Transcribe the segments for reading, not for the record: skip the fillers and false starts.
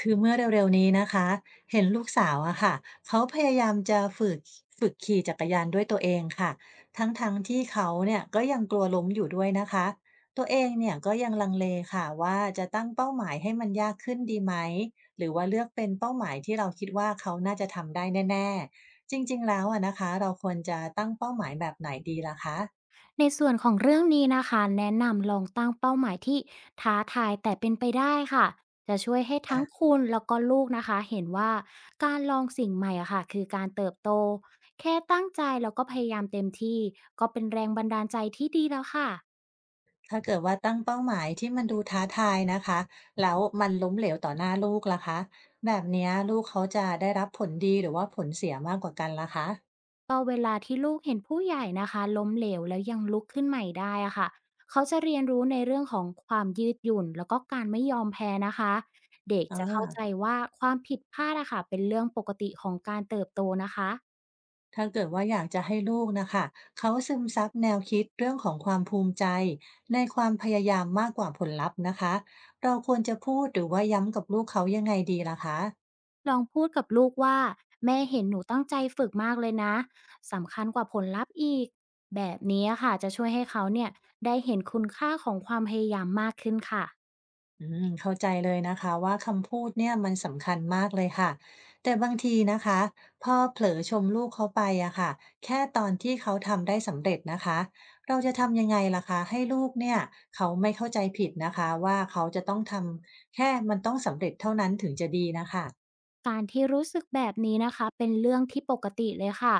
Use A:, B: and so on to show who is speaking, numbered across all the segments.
A: คือเมื่อเร็วๆนี้นะคะเห็นลูกสาวอะค่ะเขาพยายามจะฝึกขี่จักรยานด้วยตัวเองค่ะทั้งๆที่เขาเนี่ยก็ยังกลัวล้มอยู่ด้วยนะคะตัวเองเนี่ยก็ยังลังเลค่ะว่าจะตั้งเป้าหมายให้มันยากขึ้นดีไหมหรือว่าเลือกเป็นเป้าหมายที่เราคิดว่าเขาน่าจะทำได้แน่ๆจริงๆแล้วอะนะคะเราควรจะตั้งเป้าหมายแบบไหนดีล่ะคะ
B: ในส่วนของเรื่องนี้นะคะแนะนำลองตั้งเป้าหมายที่ท้าทายแต่เป็นไปได้ค่ะจะช่วยให้ทั้ง
A: ะ
B: คุณแล้วก็ลูกนะคะเห็นว่าการลองสิ่งใหม่อะค่ะคือการเติบโตแค่ตั้งใจแล้วก็พยายามเต็มที่ก็เป็นแรงบันดาลใจที่ดีแล้วค่ะ
A: ถ้าเกิดว่าตั้งเป้าหมายที่มันดูท้าทายนะคะแล้วมันล้มเหลวต่อหน้าลูกล่ะคะแบบเนี้ยลูกเขาจะได้รับผลดีหรือว่าผลเสียมากกว่ากันล่ะคะ
B: ก็เวลาที่ลูกเห็นผู้ใหญ่นะคะล้มเหลวแล้วยังลุกขึ้นใหม่ได้อะค่ะเขาจะเรียนรู้ในเรื่องของความยืดหยุ่นแล้วก็การไม่ยอมแพ้นะคะเด็ก
A: อ่
B: จะเข้าใจ
A: า
B: ว่าความผิดพลาดอะค่ะเป็นเรื่องปกติของการเติบโตนะคะ
A: ถ้าเกิดว่าอยากจะให้ลูกนะคะเขาซึมซับแนวคิดเรื่องของความภูมิใจในความพยายามมากกว่าผลลัพธ์นะคะเราควรจะพูดหรือว่าย้ำกับลูกเขายังไงดีล่ะคะ
B: ลองพูดกับลูกว่าแม่เห็นหนูตั้งใจฝึกมากเลยนะสำคัญกว่าผลลัพธ์อีกแบบนี้อะค่ะจะช่วยให้เขาเนี่ยได้เห็นคุณค่าของความพยายามมากขึ้นค่ะ
A: อืมเข้าใจเลยนะคะว่าคำพูดเนี่ยมันสำคัญมากเลยค่ะแต่บางทีนะคะพ่อเผลอชมลูกเขาไปอะค่ะแค่ตอนที่เขาทำได้สำเร็จนะคะเราจะทำยังไงล่ะคะให้ลูกเนี่ยเขาไม่เข้าใจผิดนะคะว่าเขาจะต้องทำแค่มันต้องสำเร็จเท่านั้นถึงจะดีนะคะ
B: การที่รู้สึกแบบนี้นะคะเป็นเรื่องที่ปกติเลยค่ะ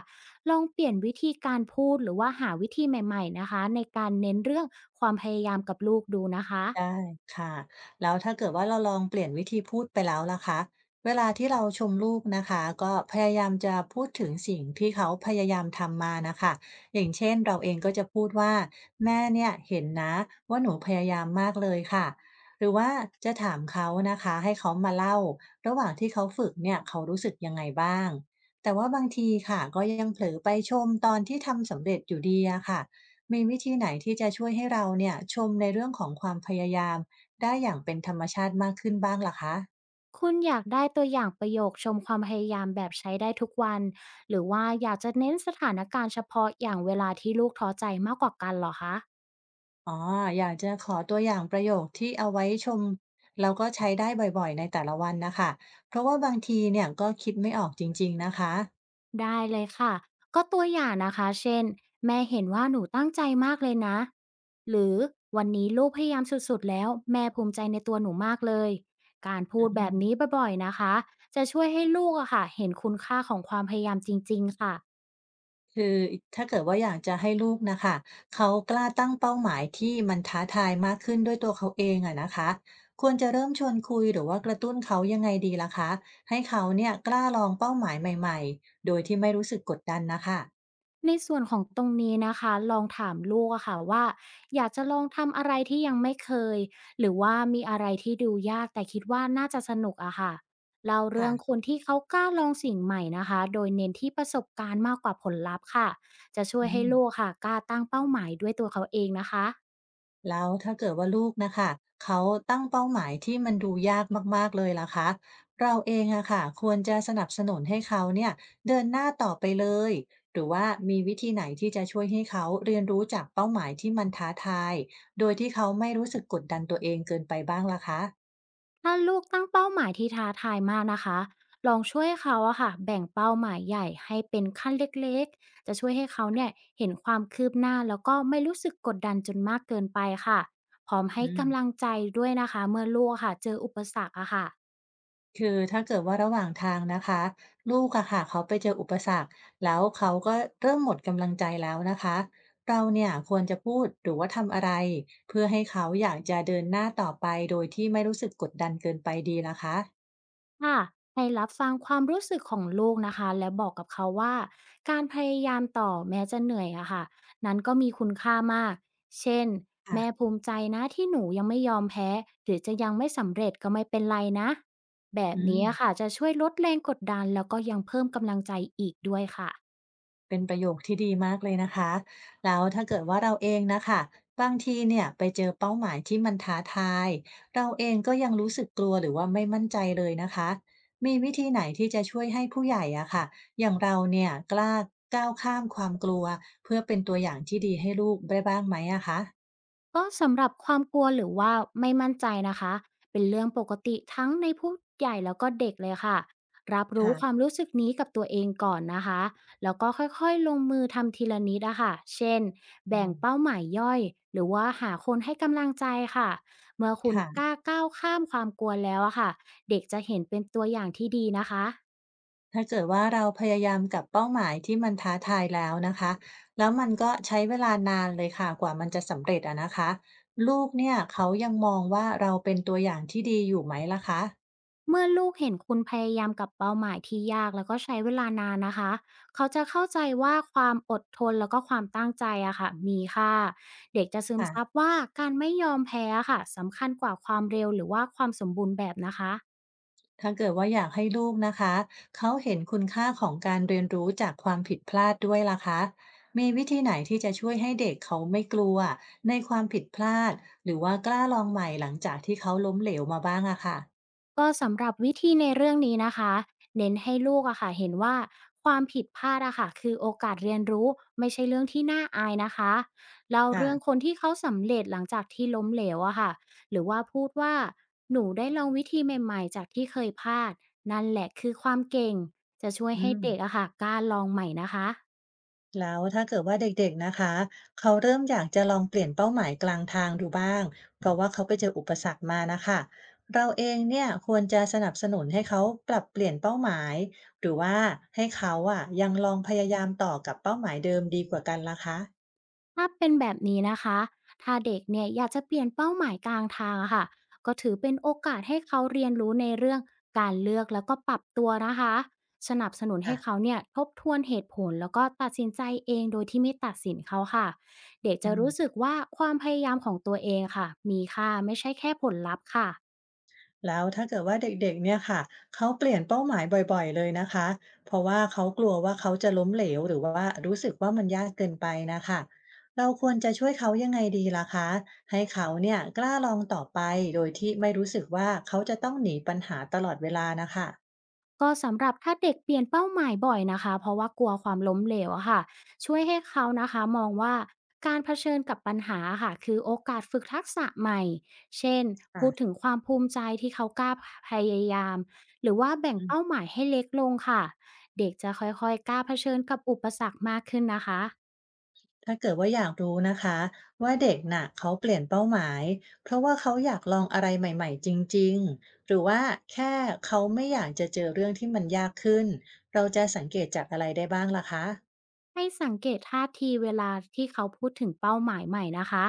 B: ลองเปลี่ยนวิธีการพูดหรือว่าหาวิธีใหม่ๆนะคะในการเน้นเรื่องความพยายามกับลูกดูนะคะ
A: ได้ค่ะแล้วถ้าเกิดว่าเราลองเปลี่ยนวิธีพูดไปแล้วล่ะคะเวลาที่เราชมลูกนะคะก็พยายามจะพูดถึงสิ่งที่เขาพยายามทำมานะคะอย่างเช่นเราเองก็จะพูดว่าแม่เนี่ยเห็นนะว่าหนูพยายามมากเลยค่ะหรือว่าจะถามเขานะคะให้เขามาเล่าระหว่างที่เขาฝึกเนี่ยเขารู้สึกยังไงบ้างแต่ว่าบางทีค่ะก็ยังเผลอไปชมตอนที่ทำสำเร็จอยู่ดีอะค่ะ มีวิธีไหนที่จะช่วยให้เราเนี่ยชมในเรื่องของความพยายามได้อย่างเป็นธรรมชาติมากขึ้นบ้างล่ะคะ
B: คุณอยากได้ตัวอย่างประโยคชมความพยายามแบบใช้ได้ทุกวันหรือว่าอยากจะเน้นสถานการณ์เฉพาะอย่างเวลาที่ลูกท้อใจมากกว่ากันเหรอคะ
A: อ๋ออยากจะขอตัวอย่างประโยคที่เอาไว้ชมแล้วก็ใช้ได้บ่อยๆในแต่ละวันนะคะ เพราะว่าบางทีเนี่ยก็คิดไม่ออกจริงๆนะคะ
B: ได้เลยค่ะ ก็ตัวอย่างนะคะเช่น แม่เห็นว่าหนูตั้งใจมากเลยนะ หรือวันนี้ลูกพยายามสุดๆแล้วแม่ภูมิใจในตัวหนูมากเลย การพู
A: อื
B: ดแบบนี้
A: ม
B: บ่อยๆนะคะ จะช่วยให้ลูกอะค่ะเห็นคุณค่าของความพยายามจริงๆค่ะ
A: คือถ้าเกิดว่าอยากจะให้ลูกนะคะเขากล้าตั้งเป้าหมายที่มันท้าทายมากขึ้นด้วยตัวเขาเองอะนะคะควรจะเริ่มชวนคุยหรือว่ากระตุ้นเขายังไงดีล่ะคะให้เขาเนี่ยกล้าลองเป้าหมายใหม่ๆโดยที่ไม่รู้สึกกดดันนะคะ
B: ในส่วนของตรงนี้นะคะลองถามลูกอะค่ะว่าอยากจะลองทำอะไรที่ยังไม่เคยหรือว่ามีอะไรที่ดูยากแต่คิดว่าน่าจะสนุกอะค่ะเล่า
A: ค่ะ
B: เรื่องคนที่เขากล้าลองสิ่งใหม่นะคะโดยเน้นที่ประสบการณ์มากกว่าผลลัพธ์ค่ะจะช่ว
A: อื
B: ยให้
A: ม
B: ลูกค่ะกล้าตั้งเป้าหมายด้วยตัวเขาเองนะคะ
A: แล้วถ้าเกิดว่าลูกนะคะเขาตั้งเป้าหมายที่มันดูยากมากๆเลยล่ะคะเราเองอะค่ะควรจะสนับสนุนให้เขาเนี่ยเดินหน้าต่อไปเลยหรือว่ามีวิธีไหนที่จะช่วยให้เขาเรียนรู้จากเป้าหมายที่มันท้าทายโดยที่เขาไม่รู้สึกกดดันตัวเองเกินไปบ้างล่ะคะ
B: ถ้าลูกตั้งเป้าหมายที่ท้าทายมากนะคะ ลองช่วยเขาอะค่ะแบ่งเป้าหมายใหญ่ให้เป็นขั้นเล็กๆ จะช่วยให้เขาเนี่ยเห็นความคืบหน้าแล้วก็ไม่รู้สึกกดดันจนมากเกินไปค่ะ พร้อมให้
A: อื
B: กำลั
A: ม
B: งใจด้วยนะคะเมื่อลูกอะค่ะเจออุปสรรคอะค่ะ
A: คือถ้าเกิดว่าระหว่างทางนะคะลูกอะค่ะเขาไปเจออุปสรรคแล้วเขาก็เริ่มหมดกำลังใจแล้วนะคะเราเนี่ยควรจะพูดหรือว่าทำอะไรเพื่อให้เขาอยากจะเดินหน้าต่อไปโดยที่ไม่รู้สึกกดดันเกินไปดีล่ะคะ
B: ค่ะให้รับฟังความรู้สึกของลูกนะคะและบอกกับเขาว่าการพยายามต่อแม้จะเหนื่อยอะค่ะนั้นก็มีคุณค่ามากเช่นแม่
A: ค่ะ
B: ภูมิใจนะที่หนูยังไม่ยอมแพ้หรือจะยังไม่สำเร็จก็ไม่เป็นไรนะแบบ
A: อืม
B: นี้อะค่ะจะช่วยลดแรงกดดันแล้วก็ยังเพิ่มกำลังใจอีกด้วยค่ะ
A: เป็นประโยคที่ดีมากเลยนะคะแล้วถ้าเกิดว่าเราเองนะคะบางทีเนี่ยไปเจอเป้าหมายที่มันท้าทายเราเองก็ยังรู้สึกกลัวหรือว่าไม่มั่นใจเลยนะคะมีวิธีไหนที่จะช่วยให้ผู้ใหญ่อะค่ะอย่างเราเนี่ยกล้าก้าวข้ามความกลัวเพื่อเป็นตัวอย่างที่ดีให้ลูกได้บ้างไหมอะคะ
B: ก็สำหรับความกลัวหรือว่าไม่มั่นใจนะคะเป็นเรื่องปกติทั้งในผู้ใหญ่แล้วก็เด็กเลยค่ะรับรู้ความ
A: ค่ะ
B: รู้สึกนี้กับตัวเองก่อนนะคะแล้วก็ค่อยๆลงมือทำทีละนิดอะค่ะเช่น
A: อื
B: แบ่ง
A: ม
B: เป้าหมายย่อยหรือว่าหาคนให้กำลังใจค่ะเมื่อคุณก
A: ค่ะ
B: ล้าก้าวข้ามความกลัวแล้วอะค่ะเด็กจะเห็นเป็นตัวอย่างที่ดีนะคะ
A: ถ้าเกิดว่าเราพยายามกับเป้าหมายที่มันท้าทายแล้วนะคะแล้วมันก็ใช้เวลานานเลยค่ะกว่ามันจะสำเร็จอะนะคะลูกเนี่ยเขายังมองว่าเราเป็นตัวอย่างที่ดีอยู่ไหมล่ะคะ
B: เมื่อลูกเห็นคุณพยายามกับเป้าหมายที่ยากแล้วก็ใช้เวลานานนะคะ เขาจะเข้าใจว่าความอดทนแล้วก็ความตั้งใจอะค่ะมีค่าเด็กจะซึม
A: ค่ะ
B: ซับว่าการไม่ยอมแพ้อะค่ะสำคัญกว่าความเร็วหรือว่าความสมบูรณ์แบบนะคะ
A: ถ้าเกิดว่าอยากให้ลูกนะคะเขาเห็นคุณค่าของการเรียนรู้จากความผิดพลาดด้วยล่ะคะมีวิธีไหนที่จะช่วยให้เด็กเขาไม่กลัวในความผิดพลาดหรือว่ากล้าลองใหม่หลังจากที่เขาล้มเหลวมาบ้างอะค่ะ
B: ก็สำหรับวิธีในเรื่องนี้นะคะเน้นให้ลูกอะค่ะเห็นว่าความผิดพลาดอะค่ะคือโอกาสเรียนรู้ไม่ใช่เรื่องที่น่าอายนะคะเล่าเรื่อง
A: ค่ะ
B: คนที่เขาสำเร็จหลังจากที่ล้มเหลวอะค่ะหรือว่าพูดว่าหนูได้ลองวิธีใหม่ๆจากที่เคยพลาดนั่นแหละคือความเก่งจะช่วย
A: อื
B: ให้เด็ก
A: ม
B: อะค่ะกล้าลองใหม่นะคะ
A: แล้วถ้าเกิดว่าเด็กๆ นะคะเขาเริ่มอยากจะลองเปลี่ยนเป้าหมายกลางทางดูบ้างเพราะว่าเขาไปเจออุปสรรคมานะคะเราเองเนี่ยควรจะสนับสนุนให้เขาปรับเปลี่ยนเป้าหมายหรือว่าให้เขาอ่ะยังลองพยายามต่อกับเป้าหมายเดิมดีกว่ากันล่ะคะ
B: ถ้าเป็นแบบนี้นะคะ ถ้าเด็กเนี่ยอยากจะเปลี่ยนเป้าหมายกลางทางอะค่ะ ก็ถือเป็นโอกาสให้เขาเรียนรู้ในเรื่องการเลือกแล้วก็ปรับตัวนะคะ สนับสนุน
A: ค่ะ
B: ให้เขาเนี่ยทบทวนเหตุผลแล้วก็ตัดสินใจเองโดยที่ไม่ตัดสินเขาค่ะ เด็ก
A: อื
B: จะรู้สึ
A: ม
B: กว่าความพยายามของตัวเองค่ะมีค่าไม่ใช่แค่ผลลัพธ์ค่ะ
A: แล้วถ้าเกิดว่าเด็กๆเนี่ยค่ะเขาเปลี่ยนเป้าหมายบ่อยๆเลยนะคะเพราะว่าเขากลัวว่าเขาจะล้มเหลวหรือว่ารู้สึกว่ามันยากเกินไปนะคะเราควรจะช่วยเขายังไงดีล่ะคะให้เขาเนี่ยกล้าลองต่อไปโดยที่ไม่รู้สึกว่าเขาจะต้องหนีปัญหาตลอดเวลานะคะ
B: ก็สำหรับถ้าเด็กเปลี่ยนเป้าหมายบ่อยนะคะเพราะว่ากลัวความล้มเหลวอะค่ะช่วยให้เขานะคะมองว่าการเผชิญกับปัญหาค่ะคือโอกาสฝึกทักษะใหม่เช่นพูดถึ
A: ค่
B: งความภูมิใจที่เขากล้าพยายามหรือว่าแบ่งเป้า
A: ะ
B: หมายให้เล็กลงค่ะเด็กจะค่อยๆกล้าเผชิญกับอุปสรรคมากขึ้นนะคะ
A: ถ้าเกิดว่าอยากรู้นะคะว่าเด็กน่ะเขาเปลี่ยนเป้าหมายเพราะว่าเขาอยากลองอะไรใหม่ๆจริงๆหรือว่าแค่เขาไม่อยากจะเจอเรื่องที่มันยากขึ้นเราจะสังเกตจากอะไรได้บ้างล่ะคะ
B: ให้สังเกตท่าทีเวลาที่เขาพูดถึงเป้าหมายใหม่นะคะ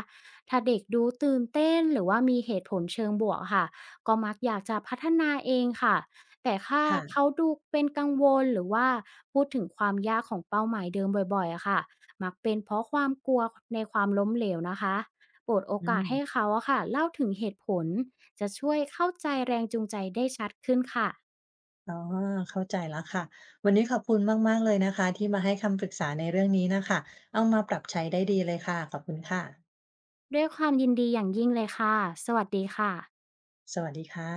B: ถ้าเด็กดูตื่นเต้นหรือว่ามีเหตุผลเชิงบวกค่ะก็มักอยากจะพัฒนาเองค่ะแต่ถ้า
A: ค่ะ
B: เขาดูเป็นกังวลหรือว่าพูดถึงความยากของเป้าหมายเดิมบ่อยๆอะค่ะมักเป็นเพราะความกลัวในความล้มเหลวนะคะโปรดโอ
A: อื
B: กา
A: ม
B: สให้เขาอะค่ะเล่าถึงเหตุผลจะช่วยเข้าใจแรงจูงใจได้ชัดขึ้นค่ะ
A: อ๋อเข้าใจแล้วค่ะวันนี้ขอบคุณมากๆเลยนะคะที่มาให้คำปรึกษาในเรื่องนี้น่ะค่ะเอามาปรับใช้ได้ดีเลยค่ะขอบคุณค่ะ
B: ด้วยความยินดีอย่างยิ่งเลยค่ะสวัสดีค่ะ
A: สวัสดีค่ะ